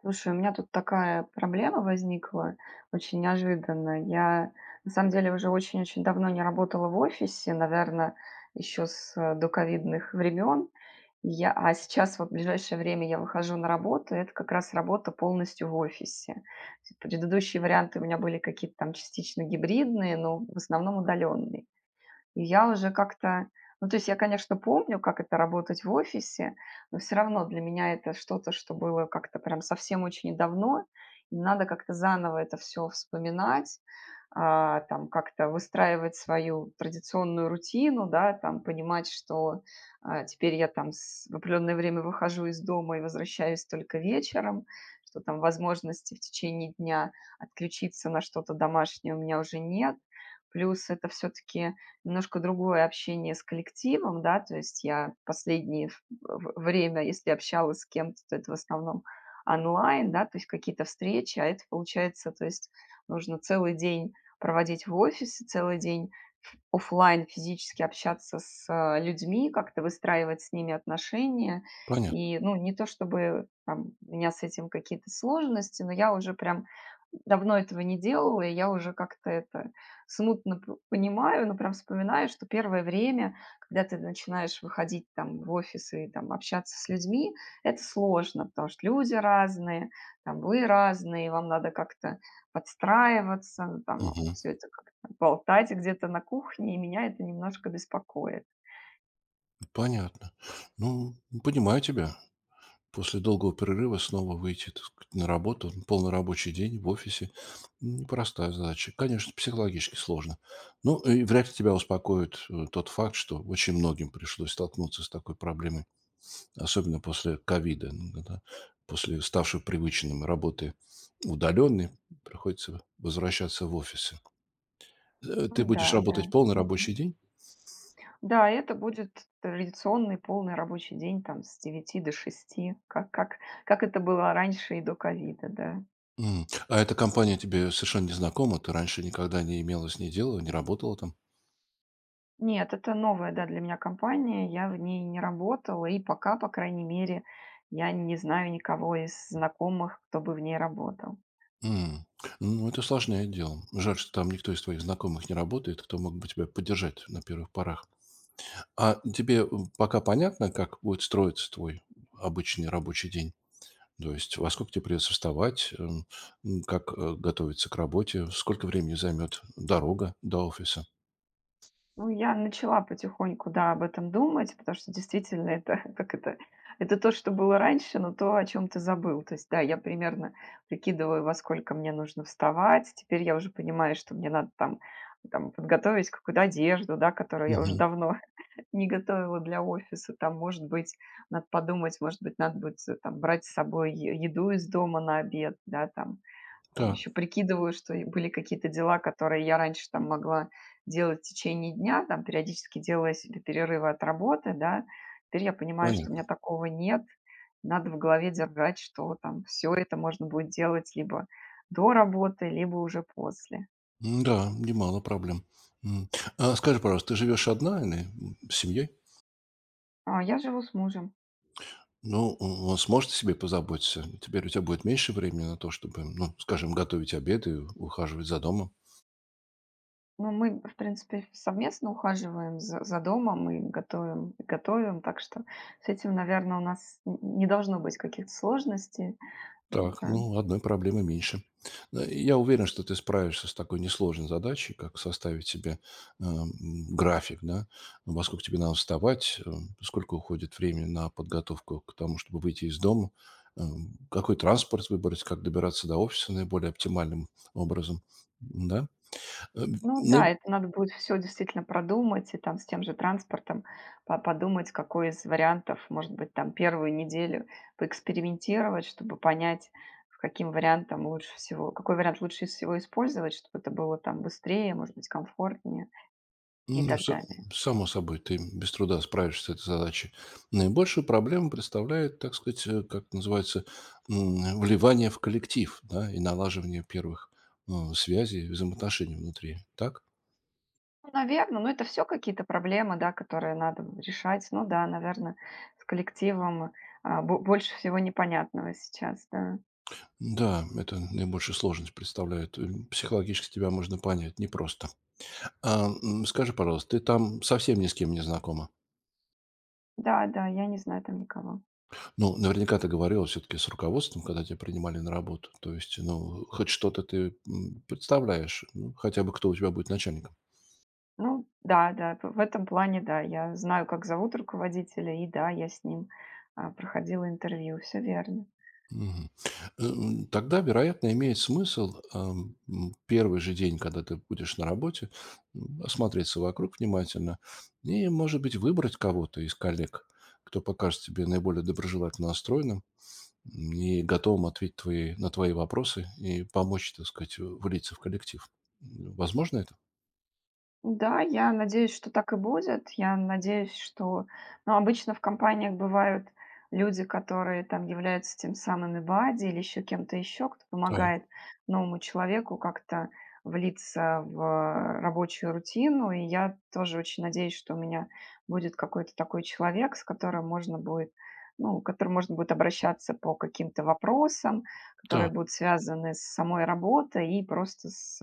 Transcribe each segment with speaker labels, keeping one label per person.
Speaker 1: Слушай, у меня тут такая проблема возникла, очень неожиданно. Я, на самом деле, уже очень-очень давно не работала в офисе, наверное, еще с доковидных времен. А сейчас вот в ближайшее время я выхожу на работу, и это как раз работа полностью в офисе. То есть предыдущие варианты у меня были какие-то там частично гибридные, но в основном удаленные. И я уже как-то, ну, то есть я, конечно, помню, как это работать в офисе, но все равно для меня это что-то, что было как-то прям совсем очень давно. И надо как-то заново это все вспоминать, там как-то выстраивать свою традиционную рутину, да, там понимать, что, теперь я там с в определенное время выхожу из дома и возвращаюсь только вечером, что там возможности в течение дня отключиться на что-то домашнее у меня уже нет. Плюс это все таки немножко другое общение с коллективом, да, то есть я последнее время, если общалась с кем-то, то это в основном онлайн, да, то есть какие-то встречи, а это получается, то есть нужно целый день проводить в офисе, целый день офлайн физически общаться с людьми, как-то выстраивать с ними отношения.
Speaker 2: Понятно.
Speaker 1: И, ну, не то чтобы там, у меня с этим какие-то сложности, но я уже прям давно этого не делала, и я уже как-то это смутно п понимаю, но прям вспоминаю, что первое время, когда ты начинаешь выходить там в офис и там общаться с людьми, это сложно, потому что люди разные, там вы разные, вам надо как-то подстраиваться, ну, там
Speaker 2: Мгм.
Speaker 1: все это как-то болтать где-то на кухне, и меня это немножко беспокоит.
Speaker 2: Понятно. Ну, понимаю тебя. После долгого перерыва снова выйти, так сказать, на работу, полный рабочий день в офисе. Непростая задача. Конечно, психологически сложно. Ну, и вряд ли тебя успокоит тот факт, что очень многим пришлось столкнуться с такой проблемой, особенно после ковида, ну, когда после ставшей привычным работы удаленной, приходится возвращаться в офисы.
Speaker 1: Ну
Speaker 2: Ты
Speaker 1: да,
Speaker 2: будешь
Speaker 1: да.
Speaker 2: работать полный рабочий день?
Speaker 1: Да, это будет традиционный полный рабочий день там с 9 до 6, как это было раньше и до ковида, да.
Speaker 2: М. А эта компания тебе совершенно не знакома? Ты раньше никогда не имела с ней дела, не работала там?
Speaker 1: Нет, это новая, да, для меня компания. Я в ней не работала, и пока, по крайней мере, я не знаю никого из знакомых, кто бы в ней работал.
Speaker 2: М. Ну, это сложное дело. Жаль, что там никто из твоих знакомых не работает, кто мог бы тебя поддержать на первых порах. А тебе, пока понятно, как будет строиться твой обычный рабочий день? То есть во сколько тебе придется вставать, как готовиться к работе, сколько времени займет дорога до офиса?
Speaker 1: Ну, я начала потихоньку, да, об этом думать, потому что действительно это, как это то, что было раньше, но то, о чем ты забыл. То есть, да, я примерно прикидываю, во сколько мне нужно вставать. Теперь я уже понимаю, что мне надо там подготовить какую-то одежду, да, которую я уже
Speaker 2: Мгм.
Speaker 1: давно не готовила для офиса, там, может быть, надо подумать, может быть, надо будет там брать с собой еду из дома на обед, да, там, там
Speaker 2: Так,
Speaker 1: еще прикидываю, что и были какие-то дела, которые я раньше там могла делать в течение дня, там, периодически делая себе перерывы от работы, да, теперь я понимаю, что у
Speaker 2: понятно.
Speaker 1: меня такого нет, надо в голове держать, что там все это можно будет делать либо до работы, либо уже после.
Speaker 2: М-да, немало проблем. М. А скажи, пожалуйста, ты живешь одна или, с семьей?
Speaker 1: Я живу с мужем.
Speaker 2: Ну, он сможет о себе позаботиться? Теперь у тебя будет меньше времени на то, чтобы, ну, скажем, готовить обед и ухаживать за домом.
Speaker 1: Ну, мы, в принципе, совместно ухаживаем за домом и готовим, так что с этим, наверное, у нас не должно быть каких-то сложностей.
Speaker 2: Так,
Speaker 1: Да.
Speaker 2: ну, одной проблемы меньше. Я уверен, что ты справишься с такой несложной задачей, как составить себе э, м, график, да, ну, во сколько тебе надо вставать, сколько уходит времени на подготовку к тому, чтобы выйти из дома, э, какой транспорт выбрать, как добираться до офиса наиболее оптимальным образом, да. Э,
Speaker 1: Ну да,
Speaker 2: наиб-
Speaker 1: это надо будет все действительно продумать, и там с тем же транспортом подумать, какой из вариантов, может быть, там первую неделю поэкспериментировать, чтобы понять, в каким вариантом лучше всего, какой вариант лучше всего использовать, чтобы это было там быстрее, может быть, комфортнее и
Speaker 2: Ну,
Speaker 1: так далее.
Speaker 2: само собой, ты без труда справишься с этой задачей. Наибольшую проблему представляет, так сказать, как называется, вливание в коллектив, да, и налаживание первых, ну, связей, взаимоотношений внутри. Так?
Speaker 1: Наверно, но это все какие-то проблемы, да, которые надо решать. Ну да, наверно, с коллективом, бо больше всего непонятного сейчас, да.
Speaker 2: Да, это наибольшую сложность представляет. Психологически тебя можно понять, непросто. Скажи, пожалуйста, ты там совсем ни с кем не знакома?
Speaker 1: Да-да, я не знаю там никого.
Speaker 2: Ну, наверняка ты говорила все-таки с руководством, когда тебя принимали на работу. То есть, ну, хоть что-то ты представляешь, ну, хотя бы кто у тебя будет начальником.
Speaker 1: Ну да, да, в этом плане, да, я знаю, как зовут руководителя, и да, я с ним, проходила интервью, все верно.
Speaker 2: Мгм. Тогда, вероятно, имеет смысл первый же день, когда ты будешь на работе, осмотреться вокруг внимательно и, может быть, выбрать кого-то из коллег, кто покажет тебе наиболее доброжелательно настроенным и готовым ответить на твои вопросы и помочь, так сказать, влиться в коллектив. Возможно это?
Speaker 1: Да, я надеюсь, что так и будет. Я надеюсь, что, ну, обычно в компаниях бывают люди, которые там являются тем самым бади или еще кем-то еще, кто
Speaker 2: Так,
Speaker 1: помогает новому человеку как-то влиться в рабочую рутину. И я тоже очень надеюсь, что у меня будет какой-то такой человек, с которым можно будет, ну, к которому можно будет обращаться по каким-то вопросам, которые
Speaker 2: так.
Speaker 1: будут связаны с самой работой и просто с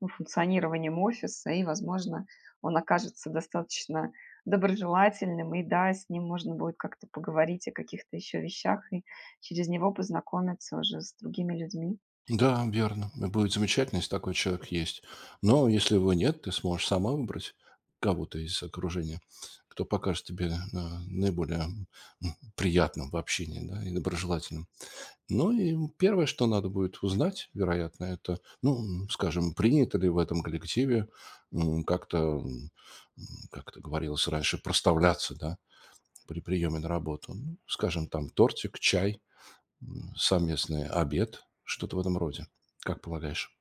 Speaker 1: ну, функционированием офиса, и, возможно, он окажется достаточно доброжелательным, и да, с ним можно будет как-то поговорить о каких-то еще вещах и через него познакомиться уже с другими людьми.
Speaker 2: Да, верно. И будет замечательно, если такой человек есть. Но если его нет, ты сможешь сама выбрать кого-то из окружения, кто покажет тебе наиболее приятным в общении, да, и доброжелательным. Ну и первое, что надо будет узнать, вероятно, это, ну, скажем, принято ли в этом коллективе как-то, как-то говорилось раньше, проставляться, да, при приеме на работу. Ну, скажем, там тортик, чай, совместный обед, что-то в этом роде. Как полагаешь?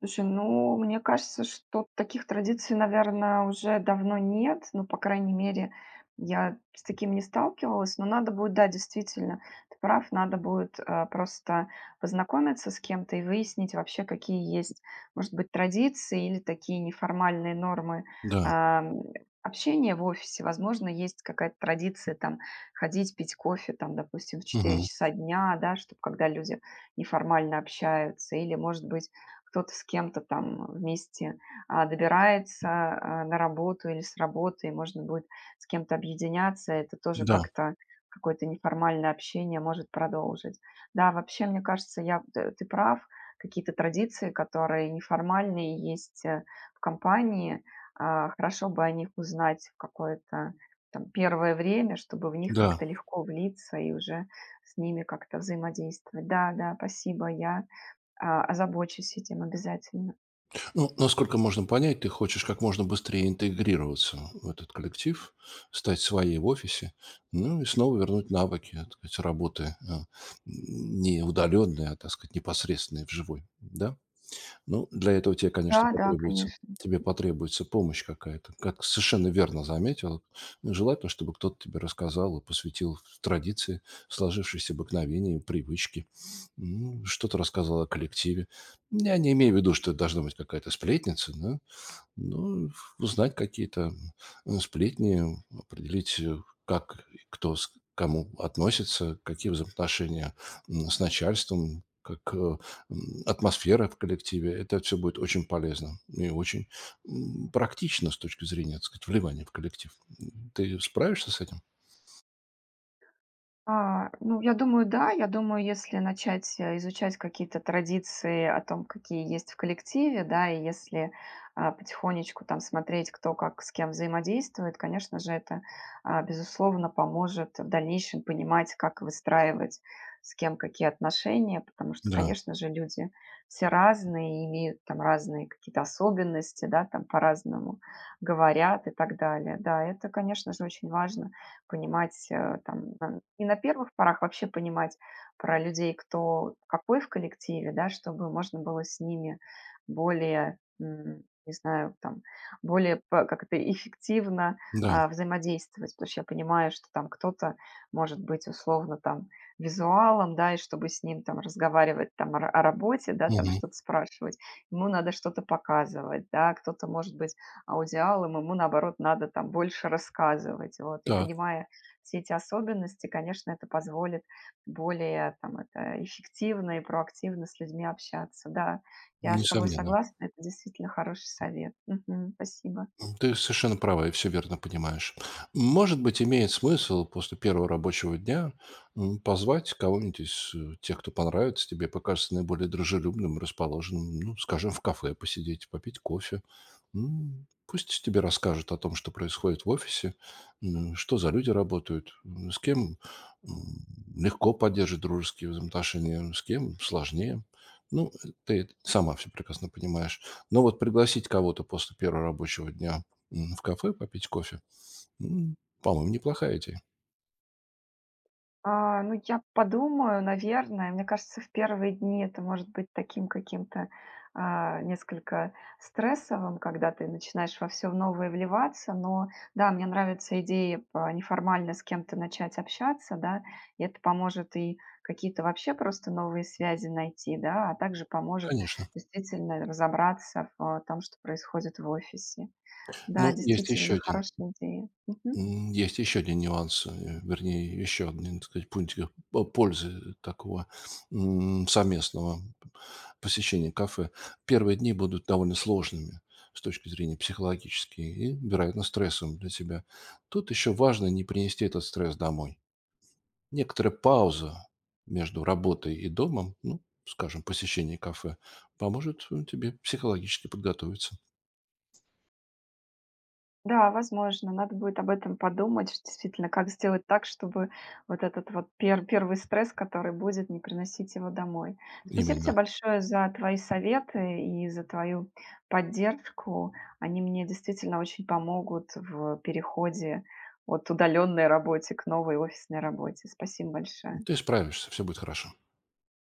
Speaker 1: Слушай, ну, мне кажется, что таких традиций, наверное, уже давно нет. Ну, по крайней мере, я с таким не сталкивалась. Но надо будет, да, действительно, ты прав, надо будет просто познакомиться с кем-то и выяснить вообще, какие есть, может быть, традиции или такие неформальные нормы
Speaker 2: Да.
Speaker 1: ам, общения в офисе. Возможно, есть какая-то традиция там ходить пить кофе, там, допустим, в 4
Speaker 2: Мгм.
Speaker 1: часа дня, да, чтобы когда люди неформально общаются. Или, может быть, кто-то с кем-то там вместе добирается на работу или с работы, и можно будет с кем-то объединяться, это тоже
Speaker 2: Да,
Speaker 1: как-то какое-то неформальное общение может продолжить. Да, вообще, мне кажется, ты прав, какие-то традиции, которые неформальные есть в компании, хорошо бы о них узнать в какое-то там первое время, чтобы в них
Speaker 2: да.
Speaker 1: как-то легко влиться и уже с ними как-то взаимодействовать. Да, да, спасибо, я озабочусь этим обязательно.
Speaker 2: Ну, насколько можно понять, ты хочешь как можно быстрее интегрироваться в этот коллектив, стать своей в офисе, ну и снова вернуть навыки, так сказать, работы не удаленные, а, так сказать, непосредственные, вживую. Да? Ну, для этого тебе, конечно,
Speaker 1: Да, да,
Speaker 2: потребуется.
Speaker 1: конечно.
Speaker 2: Тебе потребуется помощь какая-то. Как совершенно верно заметила, желательно, чтобы кто-то тебе рассказал и посвятил в традиции, сложившиеся обыкновения, привычки. Ну, что-то рассказал о коллективе. Я не имею в виду, что это должна быть какая-то сплетница, да, ну, узнать какие-то сплетни, определить, как и кто к кому относится, какие взаимоотношения с начальством, как атмосфера в коллективе. Это все будет очень полезно и очень практично с точки зрения, так сказать, вливания в коллектив. Ты справишься с этим?
Speaker 1: Ну, я думаю, да. Я думаю, если начать, изучать какие-то традиции о том, какие есть в коллективе, да, и если, потихонечку там смотреть, кто как с кем взаимодействует, конечно же, это, безусловно, поможет в дальнейшем понимать, как выстраивать с кем какие отношения, потому что,
Speaker 2: Да,
Speaker 1: конечно же, люди все разные, и имеют там разные какие-то особенности, да, там по-разному говорят и так далее. Да, это, конечно же, очень важно понимать, там, не на первых порах, вообще понимать про людей, кто какой в коллективе, да, чтобы можно было с ними более, не знаю, там, как-то эффективно
Speaker 2: да.
Speaker 1: взаимодействовать, потому что я понимаю, что там кто-то может быть условно там визуалом, да, и чтобы с ним там разговаривать там о работе, да, там
Speaker 2: Мгм.
Speaker 1: что-то спрашивать, ему надо что-то показывать, да, кто-то может быть аудиалом, ему, наоборот, надо там больше рассказывать. Вот. И
Speaker 2: Так,
Speaker 1: понимая все эти особенности, конечно, это позволит более там, это, эффективно и проактивно с людьми общаться. Да, я с тобой
Speaker 2: несомненно.
Speaker 1: согласна, это действительно хороший совет. Мгм. Спасибо.
Speaker 2: Ты совершенно права и все верно понимаешь. Может быть, имеет смысл после первого рабочего дня позвать кого-нибудь из тех, кто понравится тебе, покажется наиболее дружелюбным, расположенным, ну, скажем, в кафе посидеть, попить кофе. Пусть тебе расскажут о том, что происходит в офисе, что за люди работают, с кем м, легко поддерживать дружеские взаимоотношения, с кем сложнее. Ну, ты это сама все прекрасно понимаешь. Но вот пригласить кого-то после первого рабочего дня в кафе попить кофе, по-моему, неплохая идея.
Speaker 1: Ну, я подумаю, наверное. Мне кажется, в первые дни это может быть таким каким-то несколько стрессовым, когда ты начинаешь во все новое вливаться. Но да, мне нравится идея неформально с кем-то начать общаться, да, и это поможет и какие-то вообще просто новые связи найти, да, а также поможет
Speaker 2: Конечно.
Speaker 1: действительно разобраться в том, что происходит в офисе. Да,
Speaker 2: Но есть еще
Speaker 1: действительно,
Speaker 2: один
Speaker 1: хорошая идея. Мгм.
Speaker 2: Есть еще один нюанс, вернее, еще один, так сказать, пунктик пользы такого совместного посещения кафе. Первые дни будут довольно сложными с точки зрения психологической и, вероятно, стрессом для тебя. Тут еще важно не принести этот стресс домой. Некоторая пауза между работой и домом, ну, скажем, посещение кафе, поможет тебе психологически подготовиться.
Speaker 1: Да, возможно, надо будет об этом подумать, ш действительно, как сделать так, чтобы вот этот вот первый стресс, который будет, не приносить его домой. Спасибо тебе
Speaker 2: Именно.
Speaker 1: большое за твои советы и за твою поддержку. Они мне действительно очень помогут в переходе от удаленной работы к новой офисной работе. Спасибо большое.
Speaker 2: Ты справишься, все будет хорошо.